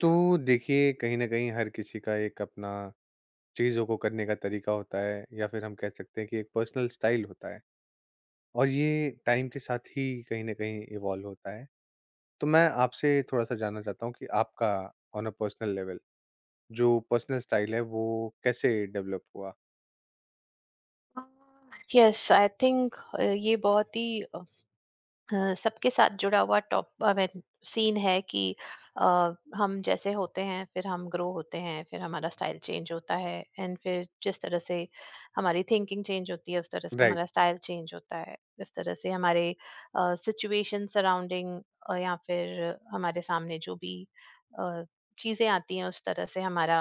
तो देखिए कहीं न कहीं हर किसी का एक अपना चीज़ों को करने का तरीका होता है या फिर हम कह सकते हैं कि एक पर्सनल स्टाइल होता है और ये टाइम के साथ ही कहीं न कहीं इवॉल्व होता है। तो मैं आपसे थोड़ा-सा जानना चाहता हूँ कि आपका ऑन अ पर्सनल लेवल जो पर्सनल स्टाइल है वो कैसे डेवलप हुआ? यस आई थिंक ये बहुत ही सबके साथ जुड़ा हुआ टॉप आई मीन सीन है कि अ, हम जैसे होते हैं, फिर हम ग्रो होते हैं, फिर हमारा स्टाइल चेंज होता है। एंड फिर जिस तरह से हमारी थिंकिंग चेंज होती है उस तरह से राइट, हमारा स्टाइल चेंज होता है। इस तरह से हमारे सिचुएशन सराउंडिंग या फिर हमारे सामने जो भी अ, चीजें आती हैं उस तरह से हमारा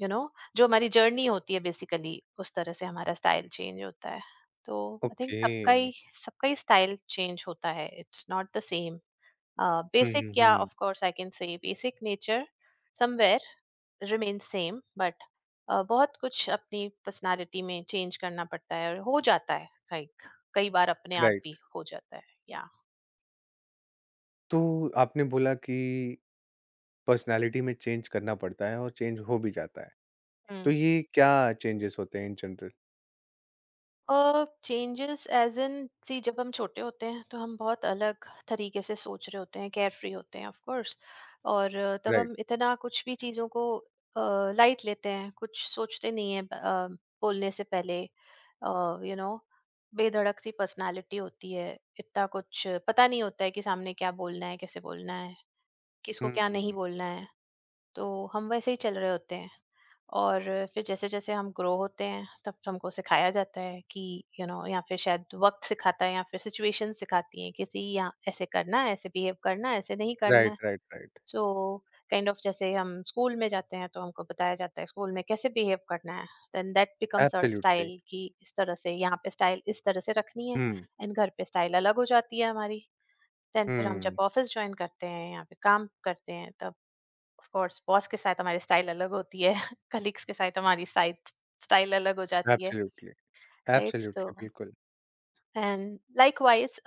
यू you नो know, जो हमारी जर्नी होती है बेसिकली उस तरह से हमारा स्टाइल चेंज होता है। तो आई थिंक ओके। सबका ही स्टाइल चेंज होता है, it's not the same. Hmm, basic hmm, या hmm. Of course I can say basic nature somewhere remain same but बहुत कुछ अपनी पर्सनालिटी में चेंज करना पड़ता है और हो जाता है। लाइक कई बार अपने आप राइट, भी हो जाता है या। तो आपने बोला कि पर्सनैलिटी में चेंज करना पड़ता है और चेंज हो भी जाता है। तो ये क्या चेंजेस होते हैं in general? Changes as in see, जब हम छोटे होते हैं तो हम बहुत अलग तरीके से सोच रहे होते हैं, केयर फ्री होते हैं ऑफ कोर्स। और तब राइट, हम इतना कुछ भी चीज़ों को लाइट लेते हैं, कुछ सोचते नहीं है बोलने से पहले। यू नो, बेधड़क सी पर्सनालिटी होती है, इतना कुछ पता नहीं होता है कि सामने क्या बोलना है, कैसे बोलना है, किसको क्या नहीं हुँ। बोलना है। तो हम वैसे ही चल रहे होते हैं। और फिर जैसे जैसे हम ग्रो होते हैं तब हमको सिखाया जाता है कि यू नो, या फिर शायद वक्त सिखाता है या फिर सिचुएशन सिखाती है किसी यहाँ ऐसे करना है, ऐसे बिहेव करना है, ऐसे नहीं करना राइट, है। Right, right. So kind of जैसे हम स्कूल में जाते हैं तो हमको बताया जाता है स्कूल में कैसे बिहेव करना है। Then that becomes our absolutely. Style कि इस तरह से, यहाँ पे स्टाइल इस तरह से रखनी है। हुँ, एंड घर पे स्टाइल अलग हो जाती है हमारी। देन फिर हम जब हुँ। ऑफिस ज्वाइन करते हैं या फिर काम करते हैं तब ऑफ कोर्स बॉस के साथ हमारी स्टाइल अलग होती है कलीग्स के साथ हमारी साइड स्टाइल अलग हो जाती है। एब्सोल्युटली, राइट सो एब्सोल्युटली, बिल्कुल। एंड लाइकवाइज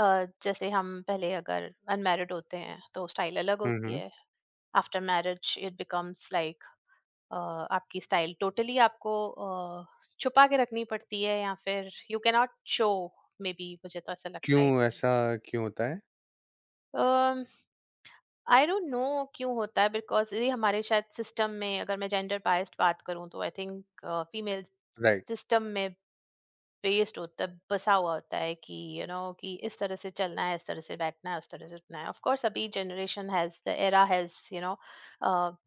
जैसे हम पहले अगर अनमैरिड होते हैं तो स्टाइल अलग हुँ, होती हुँ। है। After marriage it becomes like आपकी स्टाइल टोटली आपको छुपा के रखनी पड़ती है या फिर you can not show. May be मुझे तो ऐसा लगता क्यों है कि ऐसा क्यों होता है? आई डोंट नो क्यों होता है, बिकॉज ये हमारे शायद सिस्टम में, अगर मैं जेंडर बायस्ड बात करूं तो I think female right. System में बेस्ड होता है, बसा हुआ होता है कि यू you नो know, कि इस तरह से चलना है, इस तरह से बैठना है, उस तरह से उठना है। ऑफ कोर्स अभी generation has the era has you know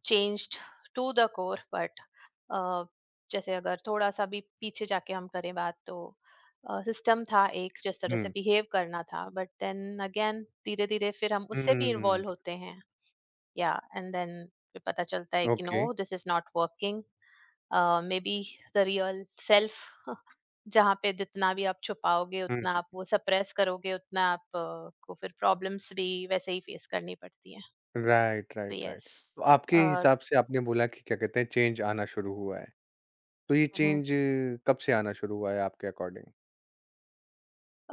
changed to the core, but जैसे अगर थोड़ा सा भी पीछे जाके हम करें बात तो सिस्टम था एक जिस तरह हुँ, से बिहेव करना था। बट देन अगेन धीरे धीरे फिर हम उससे भी हुँ, इन्वॉल्व होते हैं। yeah and then फिर पता चलता है कि okay. No this is not working. May be the real self जहाँ पे जितना भी आप छुपाओगे, हुँ, उतना हुँ। आप वो सप्रेस करोगे, उतना आप को फिर प्रॉब्लम्स भी वैसे ही फेस करनी पड़ती है। राइट, तो राइट, राइट। यस। तो आपके हिसाब से आपने बोला कि क्या कहते हैं चेंज आना शुरू हुआ है। तो ये चेंज कब से आना शुरू हुआ है आपके अकॉर्डिंग?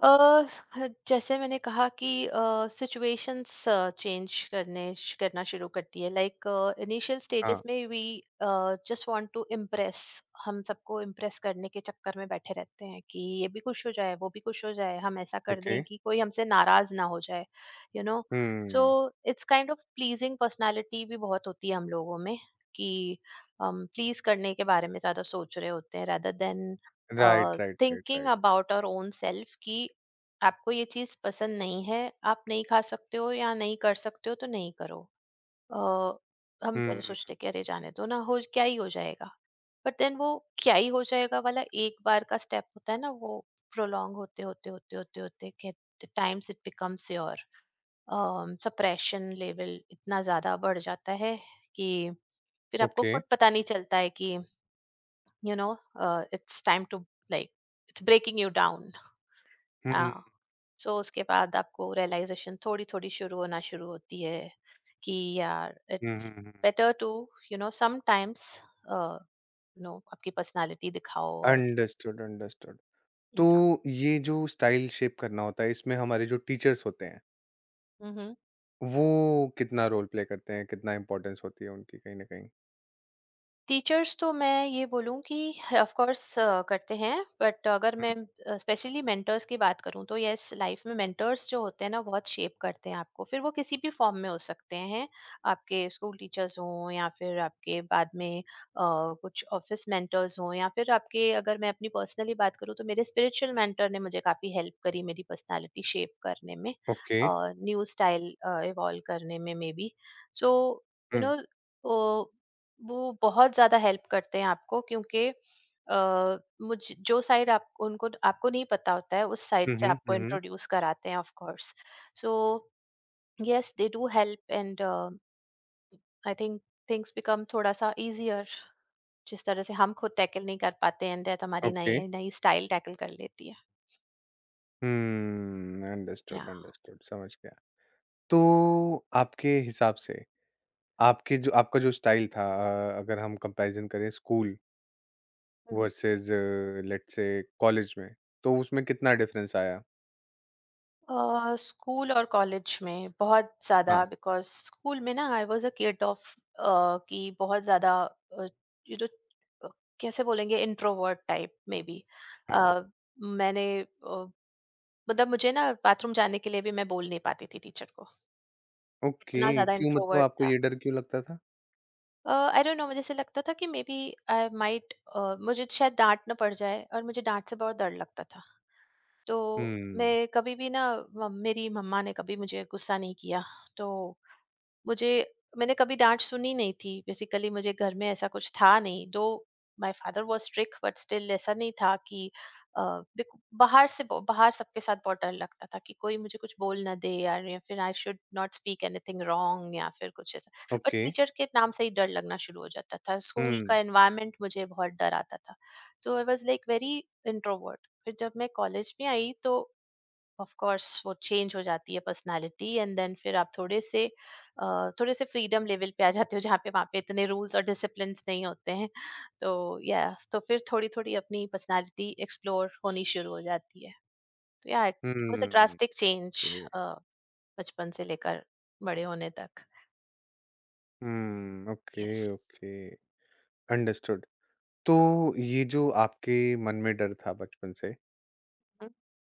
अ, जैसे मैंने कहा कि सिचुएशंस चेंज करने करना शुरू करती है। लाइक इनिशियल हाँ, स्टेजेस में we just want to impress, हम सबको इम्प्रेस करने के चक्कर में बैठे रहते हैं कि ये भी खुश हो जाए, वो भी खुश हो जाए, हम ऐसा कर ओके। दें कि कोई हमसे नाराज ना हो जाए। You know, so hmm. It's kind of pleasing personality भी बहुत होती है हम लोगों में कि हम प्लीज करने के बारे में ज्यादा सोच रहे होते हैं rather then right, right, right, thinking right. About our own self कि आपको ये चीज पसंद नहीं है, आप नहीं खा सकते हो या नहीं कर सकते हो तो नहीं करो। अ, हम पहले हुँ, सोचते कि अरे जाने दो ना, हो क्या ही हो जाएगा। बट देन वो क्या ही हो जाएगा वाला एक बार का स्टेप होता है ना, वो प्रोलॉन्ग होते होते होते होते होते times it becomes your suppression level इतना ज्यादा बढ़ जाता है कि फिर आपको ओके। खुद पता नहीं चलता है कि you know it's time to like it's breaking you down. Hmm, hmm, हाँ, सो उसके बाद आपको रियलाइजेशन थोड़ी थोड़ी शुरू होना शुरू होती है कि यार हुँ, it's hmm. Better to you know sometimes you know आपकी पर्सनालिटी दिखाओ और। Understood, understood. तो ये जो स्टाइल शेप करना होता है इसमें हमारे जो टीचर्स होते हैं, हम्म, वो कितना रोल प्ले करते हैं, कितना इम्पोर्टेंस होती है उनकी कहीं न कहीं? टीचर्स तो मैं ये बोलूँ कि ऑफ़ कोर्स करते हैं, बट अगर हुँ, मैं स्पेशली मेंटर्स की बात करूँ तो येस, लाइफ में मेंटर्स जो होते हैं ना बहुत शेप करते हैं आपको। फिर वो किसी भी फ़ॉर्म में हो सकते हैं, आपके स्कूल टीचर्स हों या फिर आपके बाद में कुछ ऑफ़िस मेंटर्स हों, या फिर आपके, अगर मैं अपनी पर्सनली बात करूँ तो मेरे स्पिरिचुअल मेंटर ने मुझे काफ़ी हेल्प करी मेरी पर्सनैलिटी शेप करने में ओके। और न्यू स्टाइल इवॉल्व करने में maybe. So you hmm, know, तो वो बहुत ज़्यादा हेल्प करते हैं आपको, क्योंकि मुझ जो साइड आप उनको आपको नहीं पता होता है उस साइड हुँ, से हुँ, आपको हुँ, हुँ, इंट्रोड्यूस कराते हैं of course. So yes they do help and I think things become थोड़ा सा इजियर, जिस तरह से हम खुद टैकल नहीं कर पाते एंड दैट हमारी ओके। नई नई स्टाइल टैकल कर लेती है। या। अंडरस्टूड, अंडरस्टूड समझ गया। तो आपके हिसाब से आपके जो आपका जो स्टाइल था अगर हम कंपैरिज़न करें school versus let's say college में, तो उसमें कितना डिफरेंस आया? स्कूल और कॉलेज में बहुत ज़्यादा, हाँ। बिकॉज़ स्कूल में ना I was a kid of कि बहुत ज़्यादा अ, यू नो अ, कैसे बोलेंगे, इंट्रोवर्ट टाइप मे बी। हुँ, अ, हुँ, मैंने मतलब मुझे ना बाथरूम जाने के लिए भी मैं बोल नहीं पाती थी टीचर को, ओके, इतना ज़्यादा क्यों मतलब इंट्रोवर्ट आपको था। ये डर क्यों लगता था? आई डोंट नो, मुझे ऐसे लगता था कि मे बी आई माइट मुझे शायद डाँट ना पड़ जाए, और मुझे डाँट से बहुत डर लगता था। तो हुँ, मैं कभी भी ना, म मेरी मम्मा ने कभी मुझे गुस्सा नहीं किया, तो मुझे, मैंने कभी डाँट सुनी नहीं थी, बेसिकली मुझे घर में ऐसा कुछ था नहीं। Though my father was strict but still ऐसा नहीं था कि अ, देखो। बाहर से, ब बाहर सबके साथ बहुत डर लगता था कि कोई मुझे कुछ बोल ना दे यार, या फिर I should not speak anything wrong या फिर कुछ ऐसा। But okay. टीचर के नाम से ही डर लगना शुरू हो जाता था, स्कूल का हुँ, एनवायरनमेंट मुझे बहुत डर आता था। So I was like very introvert. फिर जब मैं कॉलेज में आई तो ऑफ कोर्स वो चेंज हो जाती है पर्सनालिटी, एंड देन फिर आप थोड़े से थोड़े से फ्रीडम लेवल पे आ जाते हो, जहाँ पे, वहाँ पे इतने रूल्स और डिसिप्लिन नहीं होते हैं, तो या तो फिर थोड़ी थोड़ी अपनी पर्सनालिटी एक्सप्लोर होनी शुरू हो जाती है। तो yeah it was a hmm. Drastic change, okay. बचपन से लेकर बड़े होने तक। Hmm, okay, yes. Okay, understood. तो ये जो आपके मन में डर था बचपन से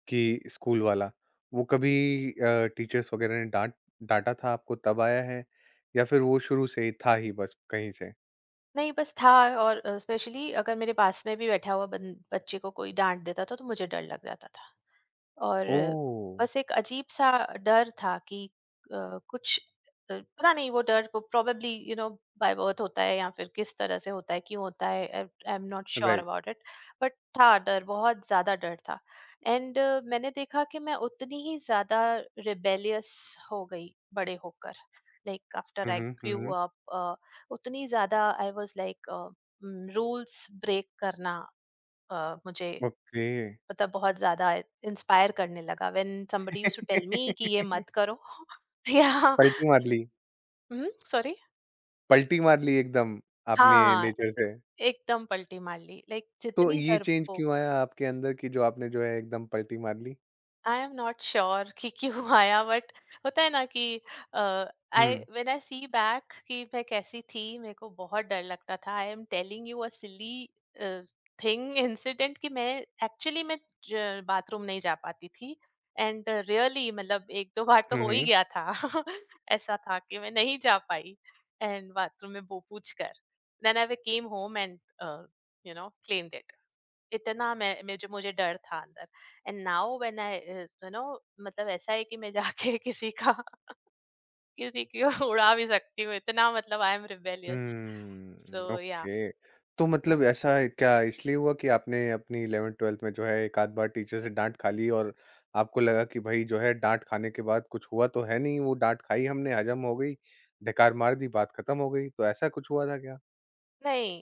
कि स्कूल वाला, वो कभी टीचर्स वगैरह ने डाँटा था आपको तब आया है या फिर वो शुरू से ही था ही बस कहीं से? नहीं, बस था, और स्पेशली अगर मेरे पास में भी बैठा हुआ बच्चे को कोई डांट देता था तो मुझे डर लग जाता था, और ओह! बस एक अजीब-सा डर था कि अ, कुछ, पता नहीं वो डर वो probably you know by birth होता है या फिर किस तरह से होता है, क्यों होता है, I am not sure right. About it. But था डर, बहुत ज़्यादा डर था, एंड मैंने देखा कि मैं उतनी ही ज़्यादा रिबेलियस हो गई बड़े होकर, like after hmm, I hmm, hmm, grew hmm. Up. उतनी ज़्यादा I was like rules break करना मुझे ओके। मतलब बहुत ज़्यादा इंस्पायर करने लगा when somebody used to tell me कि ये मत करो या। पलटी मार ली, हुँ, सॉरी। पलटी मार ली एकदम आपने हाँ, नेचर से। एकदम पलटी मार ली, लाइक तो जितनी ये डर। चेंज क्यों आया आपके अंदर कि जो आपने जो है एकदम पलटी मार ली? आई एम नॉट श्योर कि क्यों आया, बट होता है ना कि आई हुँ। व्हेन आई सी बैक कि मैं कैसी थी, मेरे को बहुत डर लगता था। I am telling you a silly thing incident कि मैं, एक्चुअली मैं बाथरूम नहीं जा पाती थी, एंड रियली मतलब एक दो बार तो हुँ, हो ही हुँ। गया था ऐसा था कि मैं नहीं जा पाई, एंड बाथरूम में वो पूछ कर then I came home and you know claimed, इतना मैं मुझे मुझे डर था अंदर, and now when I you know, मतलब ऐसा है कि मैं जाके किसी का किसी की उड़ा भी सकती हूँ, इतना मतलब आई एम रिबेलियस। सो हुँ, या। ओके। तो मतलब ऐसा क्या इसलिए हुआ कि आपने अपनी 11th-12th में जो है एक आध बार टीचर से डाँट खा ली और आपको लगा कि भई जो है डाँट खाने के बाद कुछ हुआ तो है नहीं, वो डाँट खाई हमने, हज़म हो गई, ढेकार मार दी, बात खत्म हो गई, तो ऐसा कुछ हुआ था क्या? नहीं,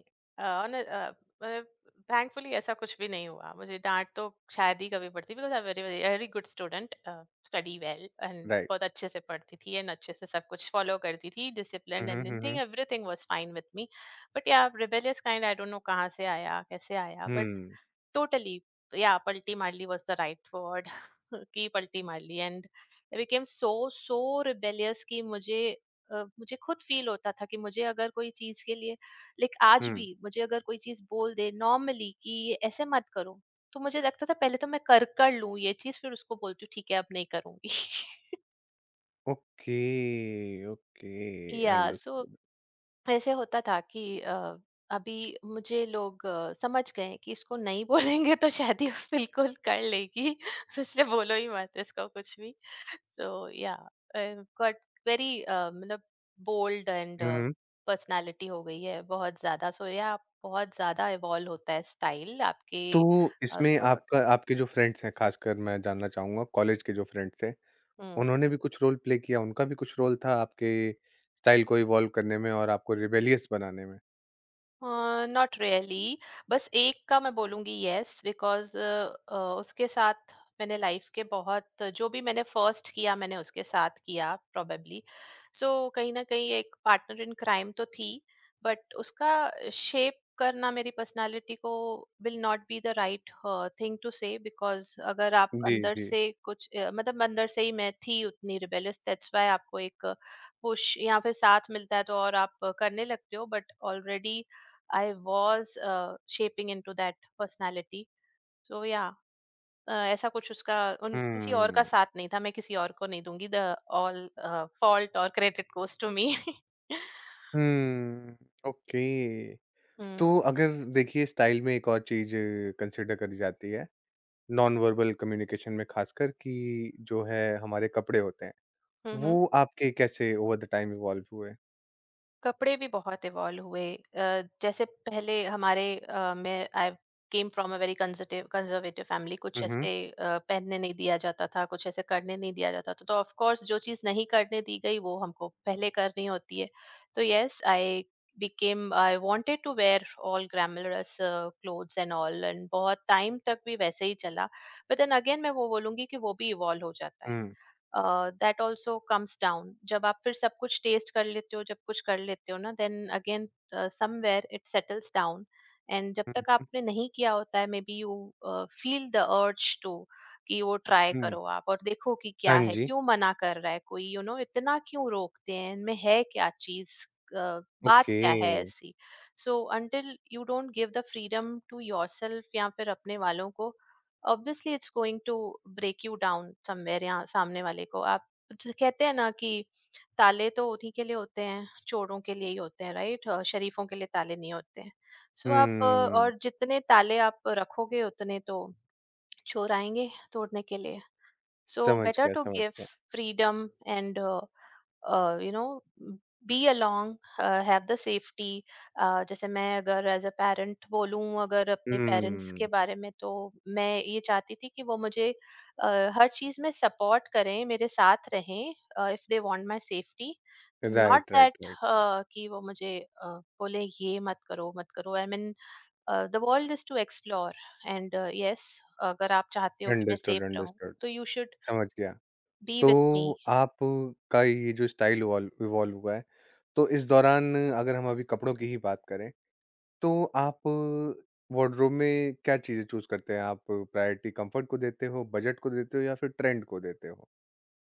थैंकफुली ऐसा कुछ भी नहीं हुआ, मुझे डांट तो शायद ही कभी पड़ती because I very very good student, study well and right. बहुत अच्छे से पढ़ती थी, एंड अच्छे से सब कुछ फॉलो करती थी, हुँ, discipline hmm, and hmm, anything hmm. Everything was fine with me. But yeah rebellious kind, I don't know कहाँ से आया कैसे आया, बट हुँ, Totally. Yeah, "पलटी मार ली" was the right word कि पलटी मार ली and I became so rebellious कि मुझे मुझे खुद फील होता था कि मुझे अगर कोई चीज के लिए, लाइक आज हुँ। भी मुझे अगर कोई चीज बोल दे नॉर्मली कि ये ऐसे मत करो तो मुझे लगता था पहले तो मैं कर कर लूं ये चीज, फिर उसको बोलती हूँ ठीक है अब नहीं करूंगी। ओके, ओके, या सो अंडरस्टूड। ऐसे होता था कि अभी मुझे लोग समझ गए हैं कि इसको नहीं बोलेंगे तो शादी बिल्कुल कर लेगी तो इसलिए बोलो ही मत इसको कुछ भी। सो या गॉट वेरी मतलब बोल्ड एंड हुँ, हुँ। पर्सनालिटी हो गई है बहुत ज्यादा। सो या बहुत ज्यादा इवॉल्व होता है स्टाइल आपके तो इसमें थ्रू आपका आपके जो फ्रेंड्स हैं, खासकर मैं जानना चाहूँगा कॉलेज के जो फ्रेंड्स थे आउट। उन्होंने भी कुछ रोल प्ले किया, उनका भी कुछ रोल था आपके स्टाइल को इवॉल्व करने में और आपको रिबेलियस बनाने में? नॉट रियली, बस एक का मैं बोलूंगी यस, बिकॉज उसके साथ मैंने लाइफ के बहुत, जो भी मैंने फर्स्ट किया मैंने उसके साथ किया प्रोबेबली। सो कहीं ना कहीं एक पार्टनर इन क्राइम तो थी, बट उसका शेप करना मेरी पर्सनालिटी को will not be the right thing to say. Because अगर आप जी, अंदर जी। से कुछ मतलब अंदर से ही मैं थी उतनी रिबेलियस, दैट्स वाई आपको एक पुश या फिर साथ मिलता है तो और आप करने लगते हो। But already I was shaping into that personality. So yeah, ऐसा कुछ उसका, उन किसी और का हुँ। साथ नहीं था, मैं किसी और को नहीं दूंगी द ऑल फॉल्ट और credit goes to me. Hmm, okay. तो हम्म। अगर देखिए स्टाइल में एक और चीज़ कंसिडर करी जाती है, नॉन वर्बल कम्युनिकेशन में खासकर कि जो है हमारे कपड़े होते हैं, हम्म, वो आपके कैसे ओवर द टाइम इवॉल्व हुए? कपड़े भी बहुत इवॉल्व हुए। जैसे पहले हमारे, मैं I came from a very conservative conservative family, हुँ, कुछ हुँ। ऐसे पहनने नहीं दिया जाता था, कुछ ऐसे करने नहीं दिया जाता था। तो ऑफ कोर्स जो चीज़ नहीं करने दी गई वो हमको पहले करनी होती है। तो yes, I became I wanted to wear all glamorous clothes and all, and बहुत टाइम तक भी वैसे ही चला, but then again मैं वो बोलूंगी कि वो भी इवॉल्व हो जाता है। हुँ, दैट ऑल्सो कम्स डाउन जब आप फिर सब कुछ टेस्ट कर लेते हो, जब कुछ कर लेते हो ना, then again somewhere it settles down. And जब तक हुँ, आपने नहीं किया होता है, maybe you feel the urge to कि वो ट्राई हुँ। करो आप और देखो कि हाँ क्या है, जी, क्यों मना कर रहा है कोई, यू you नो इतना क्यों रोकते हैं, इनमें है क्या चीज, बात ओके। क्या है ऐसी। So until you don't give the freedom to yourself या फिर अपने वालों को, obviously it's going to break you down somewhere. यहाँ सामने वाले को आप, जो कहते हैं ना कि ताले तो उन्हीं के लिए होते हैं, चोरों के लिए ही होते हैं राइट, शरीफों के लिए ताले नहीं होते हैं। सो आप हुँ, और जितने ताले आप रखोगे उतने तो चोर आएंगे तोड़ने के लिए। So समझ better गया, to समझ give गया। freedom and you know be along have the safety। जैसे मैं अगर एज अ पेरेंट बोलूँ, अगर अपने पेरेंट्स हुँ, के बारे में, तो मैं ये चाहती थी कि वो मुझे हर चीज़ में सपोर्ट करें, मेरे साथ रहें, if they want my safety. Not right, right, that right, right. कि वो मुझे बोले ये मत करो, मत करो। I mean the world is to explore, and yes, अगर आप चाहते हो कि मैं अंडरस्टूड, सेफ रहूं अंडरस्टूड, तो यू शुड समझ गया। बी तो विथ मी। आपका ये जो स्टाइल इवॉल्व इवॉल्व हुआ है, तो इस दौरान अगर हम अभी कपड़ों की ही बात करें, तो आप वार्डरोब में क्या चीज़ें चूज़ करते हैं? आप प्रायोरिटी कम्फर्ट को देते हो, बजट को देते हो या फिर ट्रेंड को देते हो?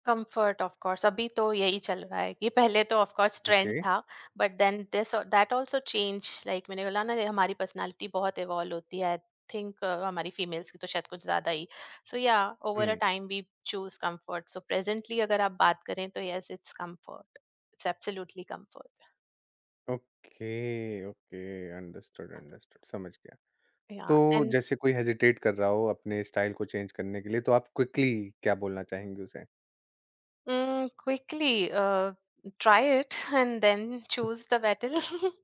कंफर्ट ऑफ कोर्स, अभी तो यही चल रहा है कि पहले तो ऑफ कोर्स ओके, ट्रेंड था, but then this that also change. Like मैंने बोला ना, ये हमारी पर्सनालिटी बहुत इवॉल्व होती है, आई थिंक हमारी फीमेल्स की तो शायद कुछ ज्यादा ही। So yeah over a hmm, time we choose comfort. So presently अगर आप बात करें तो yes, it's comfort, it's absolutely comfort. Okay, okay, understood, understood, समझ गया। Yeah, तो and जैसे कोई हेजिटेट कर रहा हो अपने स्टाइल को चेंज करने के लिए, तो आप क्विकली क्या बोलना चाहेंगे उसे? Quickly uh, try it and then choose the battle.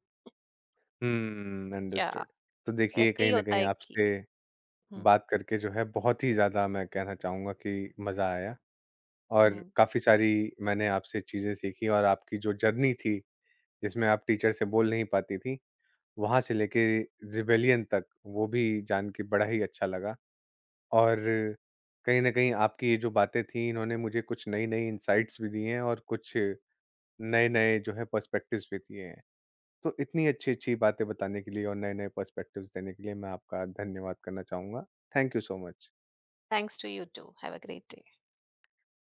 हुँ, Yeah, अंडरस्टूड। तो देखिए ऐसे ही कहीं न होता कहीं है कि आपसे हम्म। बात करके जो है बहुत ही ज़्यादा मैं कहना चाहूँगा कि मज़ा आया और हम्म। काफ़ी सारी मैंने आपसे चीज़ें सीखी और आपकी जो जर्नी थी, जिसमें आप टीचर से बोल नहीं पाती थीं, वहाँ से लेके रिबेलियन तक, वो भी जान के बड़ा ही अच्छा लगा। और कहीं न कहीं आपकी ये जो बातें थीं, इन्होंने मुझे कुछ नई-नई इनसाइट्स भी दी हैं और कुछ नए-नए जो है पर्सपेक्टिव्स भी दिए हैं। तो इतनी अच्छी-अच्छी बातें बताने के लिए और नए-नए पर्सपेक्टिव्स देने के लिए मैं आपका धन्यवाद करना चाहूँगा। Thank you so much. Thanks to you too. Have a great day.